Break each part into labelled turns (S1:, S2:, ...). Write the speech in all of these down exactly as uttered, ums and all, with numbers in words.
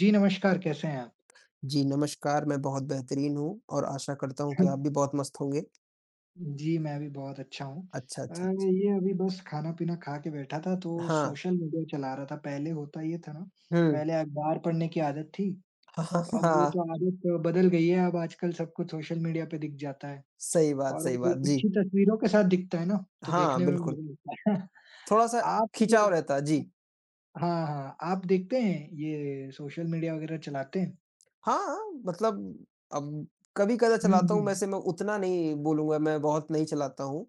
S1: जी, नमस्कार कैसे हैं आप?
S2: जी, नमस्कार, मैं बहुत बेहतरीन हूँ और आशा करता हूँ कि आप भी बहुत मस्त होंगे।
S1: जी, मैं भी बहुत अच्छा हूँ।
S2: अच्छा,
S1: अ,
S2: अच्छा, अच्छा।
S1: ये अभी बस खाना-पीना खा के बैठा था तो
S2: हाँ,
S1: सोशल मीडिया चला रहा था। पहले होता ये था ना,
S2: हुँ।
S1: पहले अखबार पढ़ने की आदत थी,
S2: हाँ, हाँ,
S1: तो अब वो
S2: हाँ,
S1: तो आदत बदल गई है, अब आजकल सब कुछ सोशल मीडिया पे दिख जाता है
S2: सही बात,
S1: और वो
S2: सही
S1: भी
S2: बात। जी,
S1: अच्छी तस्वीरों के साथ दिखता है ना, तो
S2: हाँ,
S1: देखने में
S2: बिल्कुल।
S1: मज़ा आता है।
S2: थोड़ा-सा
S1: आप
S2: खिंचाव रहता है, जी।
S1: हाँ, हाँ, आप देखते हैं ये सोशल मीडिया वगैरह चलाते हैं?
S2: हाँ, मतलब अब कभी-कदा
S1: हुँ,
S2: चलाता हूँ,
S1: हुँ।
S2: वैसे मैं उतना नहीं बोलूँगा, मैं बहुत नहीं चलाता हूँ।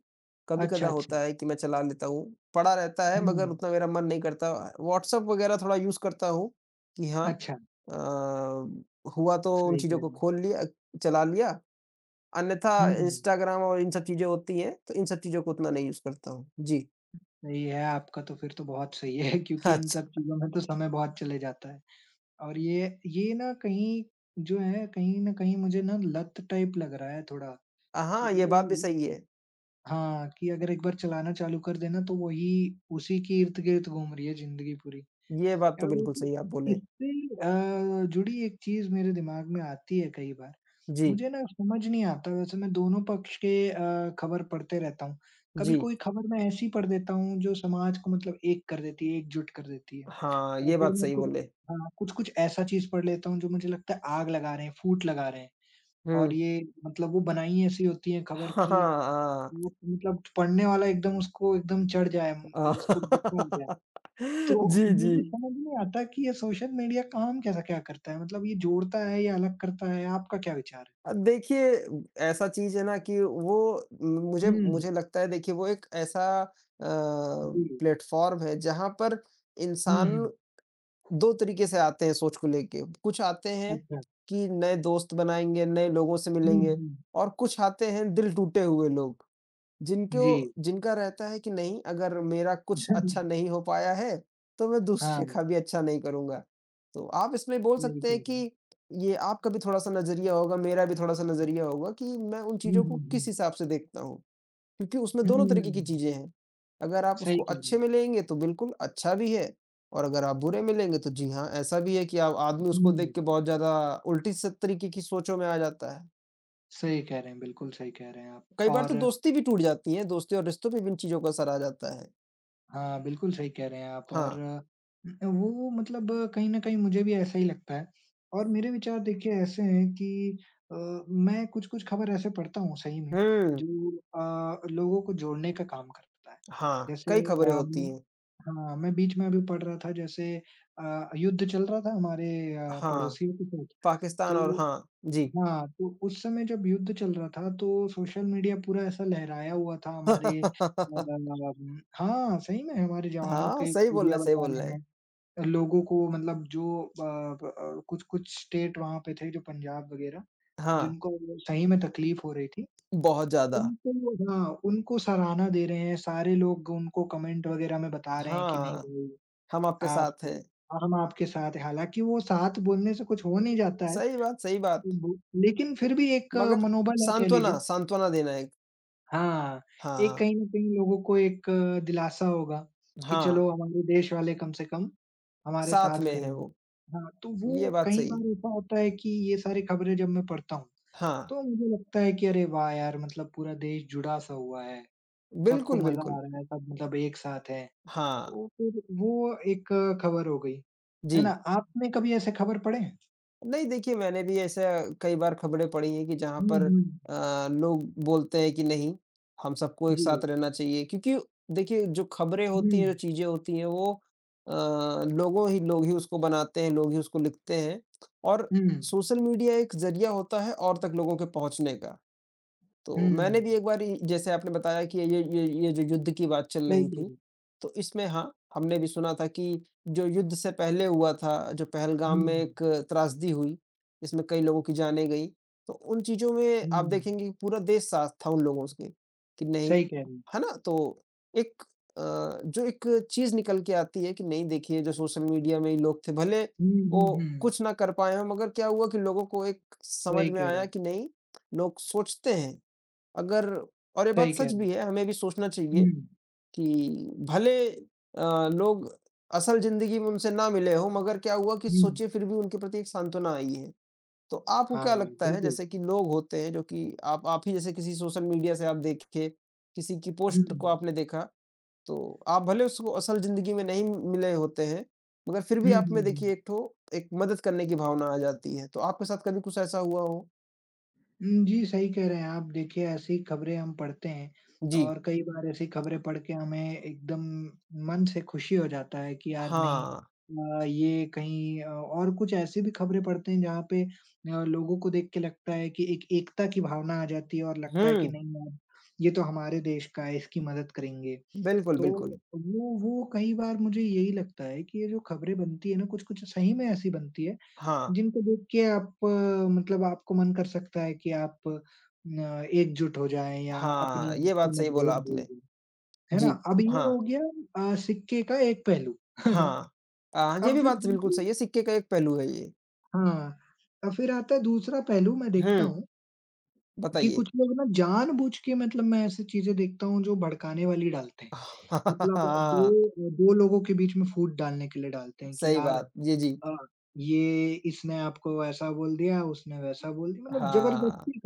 S1: अच्छा,
S2: कभी-कदा
S1: अच्छा।
S2: होता है कि मैं चला लेता हूँ, पड़ा रहता है मगर
S1: हुँ,
S2: उतना मेरा मन नहीं करता। व्हाट्सएप वगैरह थोड़ा यूज़ करता हूँ कि हाँ
S1: अच्छा,
S2: अ, हुआ तो उन
S1: सही कह
S2: चीज़ों
S1: रहे
S2: को
S1: हैं।
S2: खोल लिया, चला लिया अन्यथा
S1: हुँ,
S2: इंस्टाग्राम और इन सब चीज़ें होती हैं, तो इन सब चीज़ों को उतना नहीं यूज़ करता हूँ। जी।
S1: सही है आपका तो फिर तो बहुत सही है क्योंकि इन
S2: अच्छा
S1: सब चीज़ों में तो समय बहुत चले जाता है। और ये ये ना कहीं जो है कहीं न कहीं मुझे ना लत टाइप लग रहा है थोड़ा
S2: हाँ, ये बात भी
S1: कि
S2: सही है।
S1: हाँ, कि अगर एक बार चलाना चालू कर देना तो वही उसी के इर्द-गिर्द घूम रही है ज़िंदगी पूरी।
S2: ये बात
S1: क्या
S2: तो बिल्कुल
S1: बोलते हैं?
S2: सही आप बोले।
S1: इससे अ, जुड़ी एक चीज़ मेरे दिमाग में आती है कई बार।
S2: जी,
S1: मुझे ना समझ नहीं आता वैसे मैं दोनों पक्ष के अ, खबर पढ़ते रहता हूँ। कभी
S2: जी।
S1: कोई खबर मैं ऐसी पढ़ देता हूँ जो समाज को मतलब एक कर देती है, एकजुट कर देती है।
S2: हाँ,
S1: और
S2: ये
S1: फिर
S2: बात
S1: मैं
S2: सही
S1: कुछ
S2: बोले।
S1: हाँ, कुछ-कुछ ऐसा चीज़ पढ़ लेता हूँ जो मुझे लगता है आग लगा रहे हैं, फूट लगा रहे हैं। और
S2: हुँ।
S1: ये मतलब वो बनाई ऐसी होती है खबर
S2: हाँ,
S1: कि
S2: हाँ,
S1: वो मतलब पढ़ने वाला एकदम उसको एकदम चढ़ जाए, उसको गुस्सा आ जाए।
S2: हाँ।
S1: तो
S2: जी, जी।
S1: मुझे समझ नहीं आता कि ये सोशल मीडिया काम कैसा क्या करता है? मतलब ये जोड़ता है या अलग करता है? आपका क्या विचार है?
S2: अ, देखिए ऐसा चीज़ है ना कि वो मुझे
S1: हुँ,
S2: मुझे लगता है देखिए वो एक ऐसा अ,
S1: जी।
S2: प्लेटफ़ॉर्म है जहाँ पर
S1: हुँ,
S2: इंसान
S1: हुँ।
S2: दो तरीके से आते हैं सोच को लेके। कुछ आते हैं
S1: अच्छा।
S2: कि नए दोस्त बनाएँगे, नए लोगों से
S1: हुँ,
S2: मिलेंगे
S1: हुँ।
S2: और कुछ आते हैं दिल टूटे हुए लोग, जिनको
S1: जी।
S2: जिनका रहता है कि नहीं अगर मेरा कुछ अच्छा नहीं हो पाया है, तो मैं
S1: हाँ,
S2: दूसरे का भी अच्छा नहीं करूँगा। तो आप इसमें बोल
S1: सही
S2: सकते
S1: कह
S2: हैं
S1: रहे हैं।
S2: कि ये आपका भी थोड़ा-सा नज़रिया होगा, मेरा भी थोड़ा-सा नज़रिया होगा कि मैं उन
S1: हुँ,
S2: चीज़ों को
S1: हुँ,
S2: किस
S1: हुँ।
S2: हिसाब से देखता हूँ। क्योंकि उसमें
S1: हुँ,
S2: दोनों तरीके की चीज़ें हैं। अगर आप
S1: सही
S2: उसको
S1: कह रहे हैं।
S2: अच्छे में लेंगे तो बिल्कुल अच्छा भी है और अगर आप बुरे में लेंगे तो जी हाँ, ऐसा भी है कि आप आदमी उसको
S1: हुँ,
S2: देख के बहुत ज़्यादा उल्टी स तरीके की सोचों में आ जाता है।
S1: सही कह रहे हैं, बिल्कुल सही कह रहे हैं आप
S2: कई बार तो
S1: और
S2: दोस्ती भी टूट जाती है, दोस्ती और रिश्तों पे भी इन चीज़ों का असर आ जाता है।
S1: हाँ, बिल्कुल सही कह रहे हैं आप और
S2: हाँ।
S1: अ, वो मतलब अ, कहीं न कहीं मुझे भी ऐसा ही लगता है और मेरे विचार देखिए ऐसे हैं कि अ, मैं कुछ-कुछ खबर ऐसे पढ़ता हूँ सही में
S2: हुँ।
S1: जो अ, लोगों को जोड़ने का काम करता है।
S2: हाँ,
S1: जैसे
S2: कई खबरें होती
S1: अम
S2: हैं।
S1: हाँ, मैं बीच में अभी पढ़ रहा था जैसे अ, युद्ध चल रहा था हमारे अ,
S2: हाँ,
S1: पड़ोसियों के साथ,
S2: पाकिस्तान और
S1: तो
S2: हाँ, जी।
S1: हाँ, तो उस समय जब युद्ध चल रहा था तो सोशल मीडिया पूरा ऐसा लहराया हुआ था हमारे अम, हाँ, सही में हमारे जवानों
S2: हाँ,
S1: के
S2: सही बोल रहे
S1: खूबियाँ
S2: हैं, सही
S1: बता
S2: बोल रहे
S1: रहे
S2: हैं।
S1: हैं। लोगों को मतलब जो अ, ब अ, कुछ-कुछ स्टेट वहाँ पे थे जो पंजाब वगैरह,
S2: हाँ,
S1: जिनको सही में तकलीफ हो रही थी,
S2: बहुत ज़्यादा।
S1: उनको हाँ, उनको सराहना दे रहे हैं। सारे लोग उनको कमेंट वगैरह में बता रहे हैं कि नहीं
S2: हाँ,
S1: भाई
S2: हम आपके
S1: आप
S2: साथ हैं।
S1: हम आपके साथ हैं। हालाँकि वो साथ बोलने से कुछ हो नहीं जाता है।
S2: सही बात, सही बात।
S1: बु लेकिन फिर भी एक अ,
S2: मगर
S1: मनोबल है कह लीजिए।
S2: सांत्वना सांत्वना देना है।
S1: हाँ, एक
S2: हाँ,
S1: कहीं न कहीं लोगों को एक अ, दिलासा होगा कि
S2: हाँ,
S1: चलो हमारे देश वाले कम से कम हमारे साथ
S2: साथ में
S1: खड़े
S2: है
S1: हैं।
S2: वो,
S1: हाँ, तो
S2: ये
S1: वो
S2: बात
S1: कई
S2: सही है।
S1: बार ऐसा होता है कि ये सारी खबरें जब मैं पढ़ता हूँ,
S2: हाँ,
S1: तो मुझे लगता है कि अरे वाह यार! मतलब पूरा देश जुड़ा सा हुआ है, सबको
S2: बिल्कुल,
S1: मज़ा आ
S2: बिल्कुल।
S1: रहा है, सब मतलब एक साथ हैं।
S2: हाँ,
S1: तो फिर वो एक अ, खबर हो गई, है ना?
S2: जी।
S1: आपने कभी ऐसे खबर पढ़े हैं?
S2: नहीं देखिए, मैंने भी ऐसा कई बार खबरें पढ़ी हैं कि जहाँ
S1: हुँ,
S2: पर
S1: हुँ।
S2: अ, लोग बोलते हैं कि नहीं, हम सबको एक
S1: जी।
S2: साथ रहना चाहिए क्योंकि देखिए जो खबरें होती हैं, जो
S1: हुँ,
S2: चीज़ें होती हैं वो अ, लोगों ही लोग ही उसको बनाते हैं, लोग ही उसको लिखते हैं और
S1: हुँ,
S2: सोशल मीडिया एक ज़रिया होता है और तक लोगों के पहुँचने का। तो मैंने
S1: हुँ।
S2: भी एक बारी जैसे आपने बताया कि ये ये ये जो युद्ध की बात चल
S1: सही
S2: रही
S1: कह रहे
S2: थी,
S1: हैं।
S2: तो इसमें हाँ, हमने भी सुना था कि जो युद्ध से पहले हुआ था, जो पहलगाम में
S1: हुँ,
S2: एक त्रासदी हुई, इसमें कई लोगों की जानें गई, तो उन चीज़ों में आप
S1: हुँ,
S2: देखेंगे कि पूरा देश साथ था उन लोगों के कि नहीं,
S1: सही कह रहे हैं।
S2: है ना? तो एक अ, जो एक चीज़ निकल के आती है कि नहीं देखिए जो सोशल मीडिया में ही लोग थे, भले
S1: हुँ,
S2: वो
S1: हुँ, हुँ,
S2: कुछ ना कर पाए हों मगर क्या हुआ कि लोगों को एक
S1: सही
S2: समझ में
S1: कह रहे
S2: आया
S1: हैं,
S2: कि नहीं, लोग सोचते हैं। अगर और ये
S1: सही
S2: बात
S1: कह
S2: सच
S1: रहे हैं।
S2: भी है, हमें भी सोचना
S1: हुँ,
S2: चाहिए कि भले अ, लोग असल ज़िंदगी में उनसे ना मिले हों, मगर क्या हुआ कि
S1: हुँ,
S2: सोचिए फिर भी उनके प्रति एक सांत्वना आई है। तो आपको
S1: हाँ,
S2: क्या लगता है
S1: बिल्कुल।
S2: जैसे कि लोग होते हैं जो कि आप आप ही जैसे किसी सोशल मीडिया से आप देखे, किसी की
S1: हुँ,
S2: पोस्ट को
S1: हुँ,
S2: आपने देखा, तो आप भले उसको असल ज़िंदगी में नहीं मिले होते हैं, मगर फिर
S1: हुँ,
S2: भी आप
S1: हुँ,
S2: में देखिए
S1: हुँ।
S2: एक ठो एक मदद करने की भावना आ जाती है। तो आपके साथ कभी कुछ ऐसा हुआ हो?
S1: हुँ, जी, सही कह रहे हैं आप। देखिए, ऐसी खबरें हम पढ़ते हैं
S2: जी।
S1: और कई बार ऐसी खबरें पढ़ के हमें एकदम मन से खुशी हो जाता है कि यार नहीं
S2: हाँ।
S1: अ, ये कहीं अ, और कुछ ऐसी भी खबरें पढ़ते हैं जहाँ पे अ, लोगों को देख के लगता है कि एक एकता की भावना आ जाती है और लगता है कि
S2: हुँ।
S1: नहीं यार, ये तो हमारे देश का है, इसकी मदद करेंगे।
S2: बिल्कुल,
S1: तो
S2: बिल्कुल।
S1: वो वो कई बार मुझे यही लगता है कि ये जो खबरें बनती है ना, कुछ-कुछ सही में ऐसी बनती है
S2: हाँ,
S1: जिनको देख के आप अ, मतलब आपको मन कर सकता है कि आप अ, एकजुट हो जाएँ या अपनी
S2: हाँ, ये
S1: आपसी
S2: बात सही बोला
S1: मतभेद भूल
S2: आपने।
S1: जाएँ, है ना?
S2: जी,
S1: अब ये हो
S2: हाँ,
S1: गया अ, सिक्के का एक पहलू।
S2: हाँ। अ, ये
S1: अब
S2: भी
S1: फिर
S2: बात बिल्कुल
S1: दूसरी
S2: सही है, सिक्के का एक पहलू है ये।
S1: हाँ, अब फिर आता है दूसरा पहलू मैं
S2: हुँ,
S1: देखता हूँ कि
S2: बताइए।
S1: कुछ लोग ना जानबूझ के मतलब मैं ऐसी चीज़ें देखता हूँ जो भड़काने वाली डालते हैं। मतलब
S2: हाँ,
S1: 2 2 लोगों के बीच में फूट डालने के लिए डालते हैं कि
S2: सही
S1: यार
S2: बात। जी, जी।
S1: अ, ये इसने आपको ऐसा बोल दिया, उसने वैसा बोल दिया, मतलब
S2: हाँ,
S1: जबरदस्ती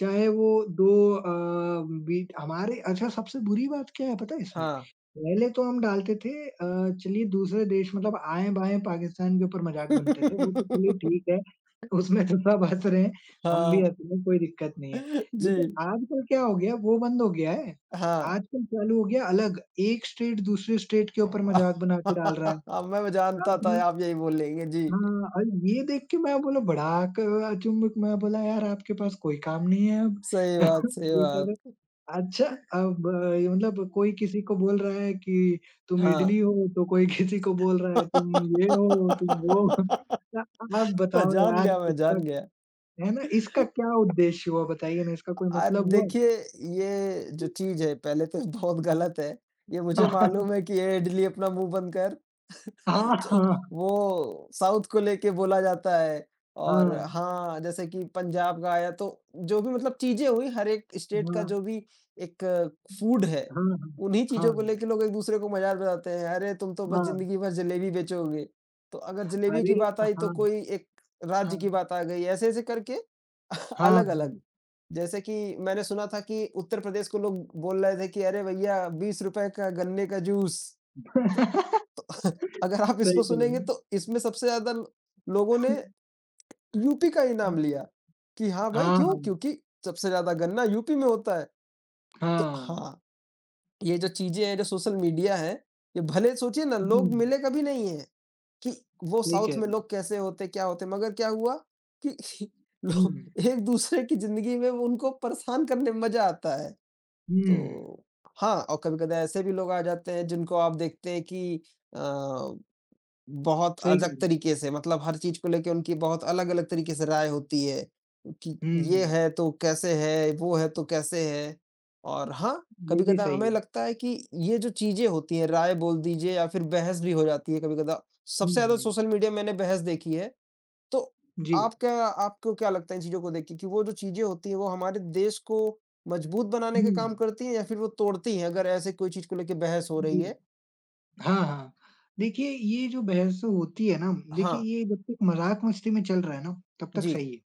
S1: चाहे वो 2 अ, बीट हमारे अच्छा सबसे बुरी बात क्या है पता है इसमें?
S2: हाँ।
S1: पहले तो हम डालते थे अ, चलिए दूसरे देश मतलब आएँ-बाएँ पाकिस्तान के ऊपर मज़ाक बनते थे, वो तो चलिए ठीक है, उसमें तो सब हँस रहे हैं, हम भी
S2: हाँ,
S1: हँस रहे हैं, कोई दिक्कत नहीं है।
S2: जी,
S1: लेकिन आजकल क्या हो गया वो बंद हो गया है,
S2: हाँ।
S1: आजकल चालू हो गया अलग, एक स्टेट दूसरे स्टेट के ऊपर मज़ाक बना के डाल रहा
S2: मैं जानता था
S1: है।
S2: आप यही बोलेंगे, जी।
S1: हाँ, और ये देख के मैं बोला बड़ा क अचंभित मैं बोला यार आपके पास कोई काम नहीं है अब।
S2: सही बात, सही
S1: ये कर रहे
S2: बात।
S1: अच्छा अब अ, ये मतलब कोई किसी को बोल रहा है कि तुम
S2: हाँ।
S1: इडली हो, तो कोई किसी को बोल रहा है तुम ये हो, तुम वो हो। अ, आप
S2: मैं
S1: बताओ
S2: जान
S1: यार
S2: गया, मैं
S1: इसका
S2: जान गया।
S1: है ना, इसका क्या उद्देश्य हुआ बताइए ना, इसका कोई
S2: आज
S1: मतलब हुआ?
S2: देखिए, ये जो चीज़ है पहले तो बहुत गलत है। ये मुझे मालूम है कि ये इडली अपना मुँह बंद कर।
S1: हाँ,
S2: तो
S1: हाँ,
S2: वो साउथ को लेके बोला जाता है और
S1: हाँ,
S2: हाँ, जैसे कि पंजाब का आया तो जो भी मतलब चीज़ें हुई हर एक स्टेट का
S1: हाँ,
S2: जो भी एक फूड है,
S1: हाँ, हाँ,
S2: उन्हीं
S1: हाँ,
S2: चीज़ों को
S1: हाँ,
S2: लेके लोग एक-दूसरे को मजाक बनाते हैं, "अरे! तुम तो बस
S1: हाँ,
S2: ज़िंदगी भर जलेबी बेचोगे।" तो अगर जलेबी की
S1: अरे!
S2: बात
S1: हाँ,
S2: आई तो
S1: हाँ,
S2: कोई एक राज्य की बात आ गई, ऐसे-ऐसे करके
S1: हाँ, हाँ।
S2: अलग-अलग। जैसे कि मैंने सुना था कि उत्तर प्रदेश को लोग बोल रहे थे कि, "अरे भैया! ₹बीस रुपए का गन्ने का जूस।" अगर आप
S1: सही
S2: इसको
S1: कह रहे
S2: सुनेंगे
S1: हैं।
S2: तो इसमें सबसे ज़्यादा ल लोगों ने यूपी का ही
S1: हुँ।
S2: नाम लिया, कि हाँ भाई
S1: हाँ,
S2: क्यों?
S1: हाँ।
S2: क्योंकि सबसे ज़्यादा गन्ना यूपी में होता है। तो
S1: हाँ।
S2: हाँ, ये जो चीज़ें हैं, जो सोशल मीडिया है, ये भले सोचिए ना लोग
S1: हुँ,
S2: मिले कभी नहीं हैं, कि वो
S1: सही कह
S2: साउथ में
S1: रहे हैं।
S2: लोग कैसे होते, क्या होते, मगर क्या हुआ कि
S1: हुँ,
S2: लो एक-दूसरे की ज़िंदगी में वो उनको परेशान करने में मज़ा आता है।
S1: हुँ,
S2: तो हाँ, और कभी-कभार ऐसे भी लोग आ जाते हैं जिनको आप देखते हैं कि अ बहुत
S1: सही कह
S2: अलग
S1: रहे हैं।
S2: तरीके से मतलब हर चीज़ को लेके उनकी बहुत अलग-अलग तरीके से राय होती है, कि
S1: हुँ,
S2: ये है तो कैसे है, वो है तो कैसे है। और हाँ,
S1: ये भी
S2: कभी-कदा
S1: सही
S2: हमें
S1: है।
S2: लगता है कि ये जो चीज़ें होती हैं, राय बोल दीजिए या फिर बहस भी हो जाती है कभी-कदा।
S1: हुँ,
S2: सबसे ज़्यादा
S1: हुँ।
S2: सोशल मीडिया में मैंने बहस देखी है, तो
S1: जी।
S2: आप क्या आपको क्या लगता है इन चीज़ों को देख के कि वो जो चीज़ें होती हैं, वो हमारे देश को मजबूत बनाने का
S1: हुँ,
S2: काम करती हैं या फिर वो तोड़ती हैं, अगर ऐसे कोई चीज़ को लेके बहस हो रही
S1: जी।
S2: है?
S1: हाँ, हाँ। देखिए, ये जो बहस होती है ना देखिए
S2: हाँ,
S1: ये जब तक मज़ाक-मस्ती में चल रहा है ना, तब तक
S2: जी,
S1: सही है।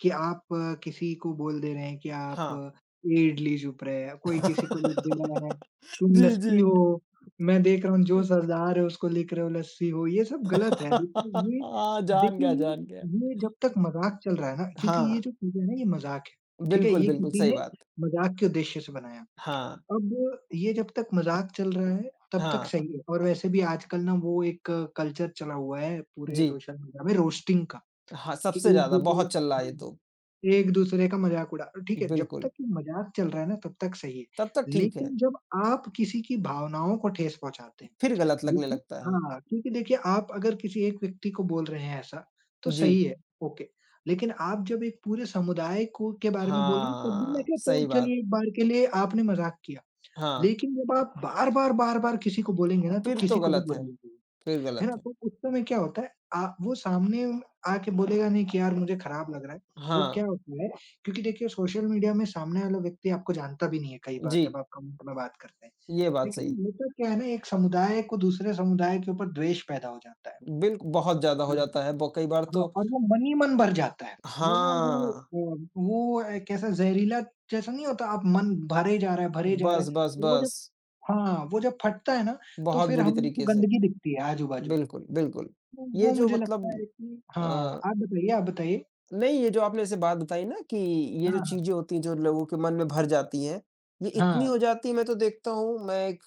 S1: कि आप अ, किसी को बोल दे रहे हैं कि आप
S2: हाँ।
S1: ये इडली चूप रहे हैं, कोई किसी को लिख दे रहा है, तुम
S2: जी, जी।
S1: लस्सी हो, मैं देख रहा हूँ जो सरदार है उसको लिख रहे हो लस्सी हो, ये सब गलत है। देखिए ये
S2: हाँ, जान
S1: देखिए
S2: गया,
S1: ये
S2: जान गया।
S1: ये जब तक मज़ाक चल रहा है ना क्योंकि ये
S2: हाँ,
S1: जो चीज़ें हैं ना ये मज़ाक है, ठीक है?
S2: बिल्कुल,
S1: ये
S2: बिल्कुल,
S1: किसी
S2: सही
S1: ने
S2: बात।
S1: मज़ाक के उद्देश्य से बनाया।
S2: हाँ,
S1: अब ये जब तक मज़ाक चल रहा है तब तक
S2: हाँ,
S1: सही है और वैसे भी आजकल ना वो एक कल्चर चला हुआ है पूरे
S2: जी।
S1: सोशल मीडिया में रोस्टिंग का
S2: हाँ,
S1: कि
S2: सबसे
S1: एक
S2: ज़्यादा
S1: दूसरे
S2: बहुत चल रहा है ये तो,
S1: हाँ। एक दूसरे का मज़ाक उड़ा तो ठीक है, जब
S2: बिल्कुल।
S1: तक ये मज़ाक चल रहा है ना तब तक सही है।
S2: तब तो ठीक है,
S1: लेकिन जब आप किसी की भावनाओं को ठेस पहुँचाते हैं,
S2: फिर गलत लगने
S1: देखिए
S2: लगता है।
S1: हाँ, क्योंकि देखिए आप अगर किसी एक व्यक्ति को बोल रहे हैं ऐसा, तो
S2: जी,
S1: सही है, ओके। लेकिन आप जब एक पूरे समुदाय को के बारे में बोल रहे हैं तब भी मैं
S2: हाँ,
S1: कहता हूँ
S2: सही बात।
S1: चलिए एक बार के लिए आपने मज़ाक किया।
S2: हाँ,
S1: लेकिन जब आप बार-बार, बार-बार किसी को बोलेंगे ना तो
S2: फिर तो
S1: किसी को भी
S2: गलत
S1: बुरा
S2: है,
S1: लगेगा।
S2: फिर
S1: है
S2: गलत
S1: ना?
S2: है।
S1: तो उस समय क्या होता है आ वो सामने आके बोलेगा नहीं कि यार मुझे खराब लग रहा है। वो
S2: हाँ,
S1: क्या होता है क्योंकि देखिए सोशल मीडिया में सामने वाला व्यक्ति आपको जानता भी नहीं है कई बार
S2: जी,
S1: जब आप कमेंट में बात करते हैं।
S2: ये बात
S1: लेकिन
S2: सही।
S1: होता क्या है ना एक समुदाय को दूसरे समुदाय के ऊपर द्वेष पैदा हो जाता है।
S2: बिल्क बहुत ज़्यादा हो
S1: हुँ।
S2: जाता है, ब कई बार तो
S1: हाँ, और वो मन ही मन भर जाता है। वो ना वो
S2: हाँ,
S1: अ, वो एक ऐसा ज़हरीला जैसा नहीं होता आप मन भरे जा रहा है, भरे जा रहा
S2: बस,
S1: है।
S2: बस,
S1: और वो जब
S2: बस,
S1: हाँ, वो जब फटता है ना तो
S2: बहुत
S1: फिर
S2: बुरी
S1: हमको
S2: तरीके से।
S1: गंदगी दिखती है आजू-बाजू।
S2: बिल्कुल, बिल्कुल।
S1: वो
S2: ये
S1: वो
S2: जो
S1: मुझे
S2: मतलब
S1: लगता है कि
S2: अ,
S1: हाँ, आप बताइए, आप बताइए।
S2: नहीं ये जो आपने ऐसे बात बताई ना कि ये
S1: हाँ,
S2: जो
S1: हाँ।
S2: चीज़ें होती हैं जो लोगों के मन में भर जाती हैं, ये इतनी
S1: हाँ।
S2: हो जाती है मैं तो देखता हूँ मैं एक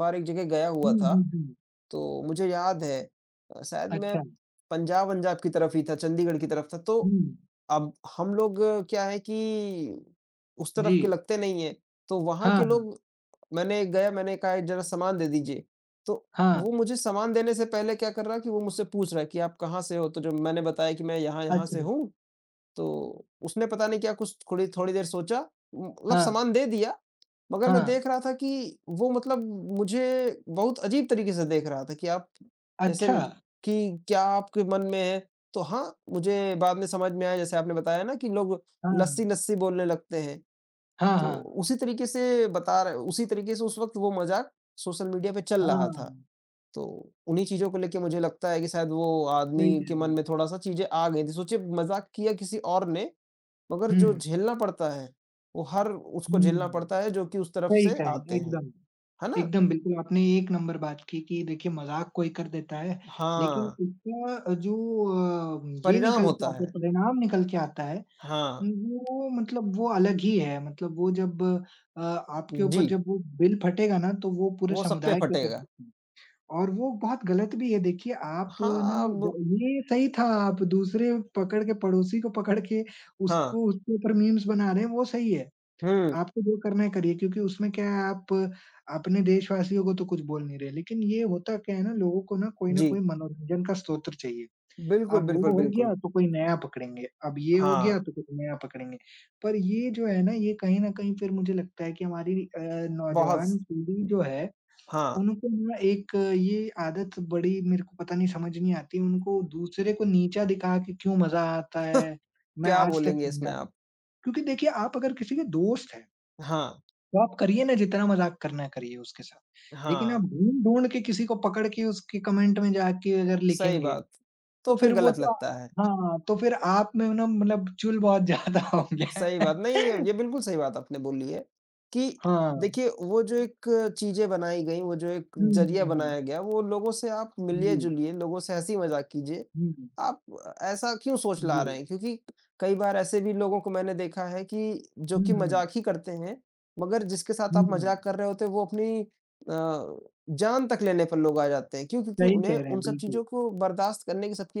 S2: बार एक जगह गया हुआ
S1: हुँ,
S2: था,
S1: हुँ, हुँ।
S2: तो मुझे याद है अ, शायद मैं
S1: अच्छा।
S2: पंजाब-वंजाब की तरफ ही था, चंडीगढ़ की तरफ था,
S1: हुँ।
S2: तो अब हम लोग क्या है कि उस
S1: जी।
S2: तरफ के लगते नहीं हैं, तो वहाँ
S1: हाँ,
S2: के
S1: हाँ।
S2: लोग मैंने गया मैंने कहा जरा सामान दे दीजिए। तो
S1: हाँ।
S2: वो मुझे सामान देने से पहले क्या कर रहा है कि वो मुझसे पूछ रहा है कि आप कहाँ से हो? तो जब मैंने बताया कि मैं यहाँ-यहाँ से
S1: अच्छा।
S2: हूँ, तो उसने पता नहीं क्या कुछ थोड़ी थोड़ी देर सोचा, म- मतलब
S1: हाँ,
S2: सामान दे दिया, मगर
S1: हाँ।
S2: मैं देख रहा था कि वो मतलब मुझे बहुत अजीब तरीके से देख रहा था कि आप जैसे
S1: अच्छा!
S2: ल- कि क्या आपके मन में है? तो हाँ, मुझे बाद में समझ में आया जैसे आपने बताया ना कि लोग
S1: हाँ।
S2: लस्सी-लस्सी बोलने लगते हैं।
S1: हाँ,
S2: तो
S1: हाँ।
S2: उसी तरीके से बता रहे उसी तरीके से उस वक़्त वो मज़ाक सोशल मीडिया पे चल रहा था।
S1: हाँ।
S2: तो उन्हीं चीज़ों को लेके मुझे लगता है कि शायद वो
S1: सही
S2: आदमी
S1: कह
S2: के
S1: रहे
S2: मन
S1: हैं।
S2: में थोड़ा-सा चीज़ें आ गई थी। सोचिए मज़ाक किया किसी और ने, मगर जो
S1: हुँ।
S2: झेलना पड़ता है, वो हर उसको झेलना
S1: हुँ।
S2: पड़ता है जो कि उस तरफ
S1: सही
S2: से
S1: कहा है,
S2: आते हैं।
S1: एकदम।
S2: है ना?
S1: एकदम बिल्कुल आपने एक नंबर बात की कि देखिए मज़ाक कोई कर देता है, लेकिन
S2: हाँ,
S1: इसका जो अ, ये
S2: परिणाम
S1: निकल के
S2: होता
S1: आता है
S2: है।
S1: परिणाम निकल के आता है
S2: हाँ,
S1: वो मतलब वो अलग ही है, मतलब वो जब अ, आपके ऊपर
S2: जी,
S1: जब वो बिल फटेगा ना, तो वो पूरे
S2: वो सब पे
S1: समुदाय के ऊपर
S2: फटेगा।
S1: फटेगा और वो बहुत गलत भी है। देखिए, आप ना
S2: हाँ,
S1: ज
S2: अब
S1: ये सही था, आप दूसरे पकड़ के पड़ोसी को पकड़ के
S2: हाँ,
S1: उसको उसके ऊपर मीम्स बना रहे हैं, वो सही है।
S2: हुँ,
S1: आपको जो करना है करिए क्योंकि उसमें क्या है, आप अपने देशवासियों को तो कुछ बोल नहीं रहे। लेकिन ये होता क्या है ना, लोगों को ना कोई न
S2: जी।
S1: कोई मनोरंजन का स्रोत चाहिए।
S2: बिल्कुल,
S1: अब वो
S2: बिल्कुल,
S1: हो
S2: बिल्कुल।
S1: गया तो कोई नया पकड़ेंगे, अब ये हो
S2: हाँ,
S1: गया तो कोई नया पकड़ेंगे। पर ये जो है ना, ये कहीं न कहीं फिर मुझे लगता है कि हमारी अ,
S2: बहुत
S1: नौजवान
S2: स
S1: पीढ़ी जो है,
S2: हाँ।
S1: उनको ना एक ये आदत बड़ी मेरे को पता नहीं समझ नहीं आती, उनको दूसरे को नीचा दिखा के क्यों मज़ा आता है, मैं
S2: क्या
S1: आज तक
S2: बोलेंगे इसमें
S1: समझा नहीं।
S2: आप?
S1: क्योंकि देखिए आप अगर किसी के दोस्त हैं,
S2: हाँ,
S1: तो आप करिए ना जितना मज़ाक करना है करिए उसके साथ। लेकिन आप
S2: हाँ,
S1: ढूँढ-ढूँढ के किसी को पकड़ के उसके कमेंट में जाके अगर
S2: सही
S1: लिखेंगे
S2: बात।
S1: तो
S2: तो फिर
S1: फिर वो
S2: गलत
S1: तो
S2: लगता है।
S1: हाँ, तो फिर आप में ना मतलब चुल बहुत ज़्यादा होंगे।
S2: सही बात। नहीं, ये ये बिल्कुल सही बात आपने बोली है कि
S1: हाँ।
S2: देखिए वो जो एक चीज़ें बनाई गई, वो जो एक
S1: हुँ,
S2: ज़रिया
S1: हुँ, हुँ।
S2: बनाया गया, वो लोगों से आप
S1: जी,
S2: मिलिए-जुलिए, लोगों से हँसी-मज़ाक कीजिए।
S1: हुँ,
S2: आप ऐसा क्यों सोच ला
S1: जी।
S2: रहे हैं? क्योंकि कई बार ऐसे भी लोगों को मैंने देखा है कि जो कि
S1: हुँ,
S2: मज़ाक ही करते हैं, मगर जिसके साथ
S1: हुँ,
S2: आप
S1: हुँ।
S2: मज़ाक कर रहे होते हैं वो अपनी अ, जान तक लेने पर लोग आ जाते हैं। क्यों? क्योंकि
S1: सही
S2: उन्हें
S1: कह रहे हैं,
S2: उन सब
S1: बिल्कुल।
S2: चीज़ों को बर्दाश्त करने की सबकी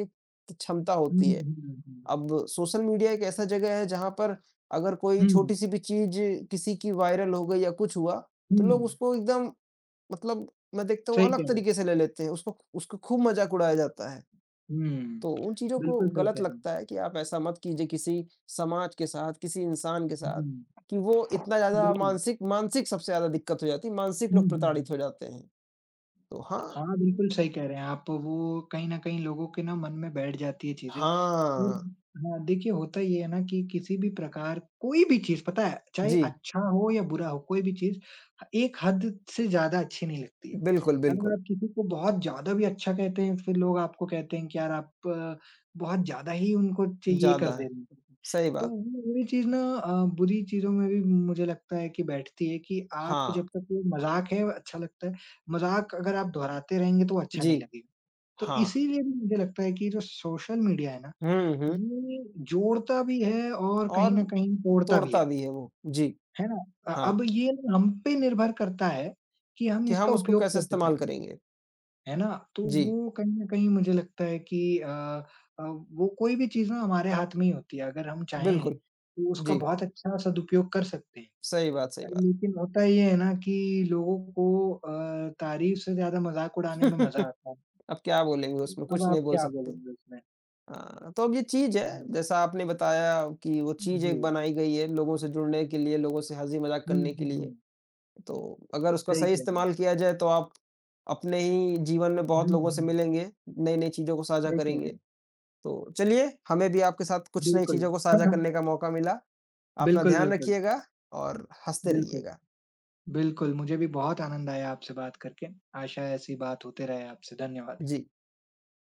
S2: एक क्षमता
S1: हुँ,
S2: होती है।
S1: हुँ, हुँ।
S2: अब सोशल मीडिया एक ऐसा जगह है जहाँ पर अगर कोई
S1: हुँ,
S2: छोटी-सी भी चीज़ किसी की वायरल हो गई या कुछ हुआ,
S1: हुँ।
S2: तो लोग उसको एकदम मतलब मैं देखता हूँ
S1: सही कह
S2: अलग
S1: रहे हैं।
S2: तरीके से ले लेते हैं, उसको उसका खूब मज़ाक उड़ाया जाता है।
S1: हुँ,
S2: तो उन चीज़ों को
S1: बिल्कुल सही कह
S2: गलत
S1: रहे हैं।
S2: लगता है कि आप ऐसा मत कीजिए किसी समाज के साथ, किसी इंसान के साथ,
S1: हुँ,
S2: कि वो इतना ज़्यादा
S1: बिल्कुल।
S2: मानसिक मानसिक सबसे ज़्यादा दिक्कत हो जाती है, मानसिक
S1: हुँ,
S2: लोग
S1: हुँ, हुँ।
S2: प्रताड़ित हो जाते हैं। तो हाँ
S1: हाँ, बिल्कुल सही कह रहे हैं आप। वो कहीं न कहीं लोगों के ना मन में बैठ जाती है चीज़ें। उम,
S2: हाँ,
S1: हाँ, देखिए होता ये है ना कि किसी भी प्रकार कोई भी चीज़ पता है, चाहे
S2: जी,
S1: अच्छा हो या बुरा हो, कोई भी चीज़ ह एक हद से ज़्यादा अच्छी नहीं लगती है।
S2: बिल्कुल,
S1: अगर
S2: बिल्कुल,
S1: आप किसी को बहुत ज़्यादा भी अच्छा कहते हैं, फिर लोग आपको कहते हैं कि यार आप अ, बहुत ज़्यादा ही उनको च ये कर
S2: ज़्यादा
S1: दे
S2: है।
S1: रहे हैं।
S2: सही
S1: तो
S2: बात।
S1: वो बुरी चीज़ ना अ, बुरी चीज़ों में भी मुझे लगता है कि बैठती है कि आप
S2: हाँ,
S1: जब तक वो मज़ाक है अच्छा लगता है। मज़ाक अगर आप दोहराते रहेंगे तो अच्छा
S2: जी।
S1: नहीं लगेगा। तो
S2: हाँ।
S1: इसीलिए भी मुझे लगता है कि जो सोशल मीडिया है ना,
S2: हुँ, हुँ
S1: ये जोड़ता भी है और कहीं
S2: और
S1: न कहीं तोड़ता भी
S2: तोड़ता
S1: है।
S2: भी है वो। जी,
S1: है ना? अ,
S2: हाँ,
S1: अब ये हम पे निर्भर करता है कि हम
S2: कि
S1: इसका
S2: हम उसको
S1: उपयोग
S2: कैसे
S1: कैसे करें,
S2: इस्तेमाल करेंगे।
S1: है ना? तो
S2: जी,
S1: वो कहीं न कहीं मुझे लगता है कि अ अ, वो कोई भी चीज़ ना हमारे हाथ में ही होती है। अगर हम चाहें
S2: बिल्कुल।
S1: तो उसका
S2: जी,
S1: बहुत अच्छा सदुपयोग कर सकते हैं।
S2: सही बात, सही
S1: अ,
S2: बात।
S1: लेकिन होता ये है ना कि लोगों को अ, तारीफ़ से ज़्यादा मज़ाक उड़ाने में मज़ा आता है।
S2: अब क्या बोलेंगे उसमें,
S1: अब
S2: कुछ नहीं
S1: आप
S2: बोल
S1: क्या
S2: सकते।
S1: बोलेंगे उसमें,
S2: हाँ, तो अब ये चीज़
S1: है ना?
S2: है, जैसा आपने बताया कि वो
S1: हुँ।
S2: चीज़ एक
S1: जी।
S2: बनाई गई है लोगों से जुड़ने के लिए, लोगों से हँसी-मज़ाक
S1: हुँ,
S2: करने के
S1: हुँ,
S2: लिए।
S1: हुँ।
S2: तो अगर उसका
S1: सही
S2: सही
S1: कह रहे
S2: इस्तेमाल
S1: हैं।
S2: किया जाए तो आप अपने ही जीवन में बहुत
S1: हुँ,
S2: लोगों से
S1: हुँ।
S2: मिलेंगे, नई-नई चीज़ों को साझा
S1: सही कह
S2: करेंगे।
S1: रहे हैं।
S2: तो चलिए, हमें भी आपके साथ कुछ नई
S1: बिल्कुल।
S2: चीज़ों को साझा करने का मौका मिला। अपना
S1: बिल्कुल,
S2: ध्यान
S1: बिल्कुल।
S2: रखिएगा और हँसते
S1: बिल्कुल,
S2: रहिएगा।
S1: बिल्कुल। मुझे भी बहुत आनंद आया आपसे बात करके। आशा है ऐसी बात होते रहे आपसे। धन्यवाद।
S2: जी।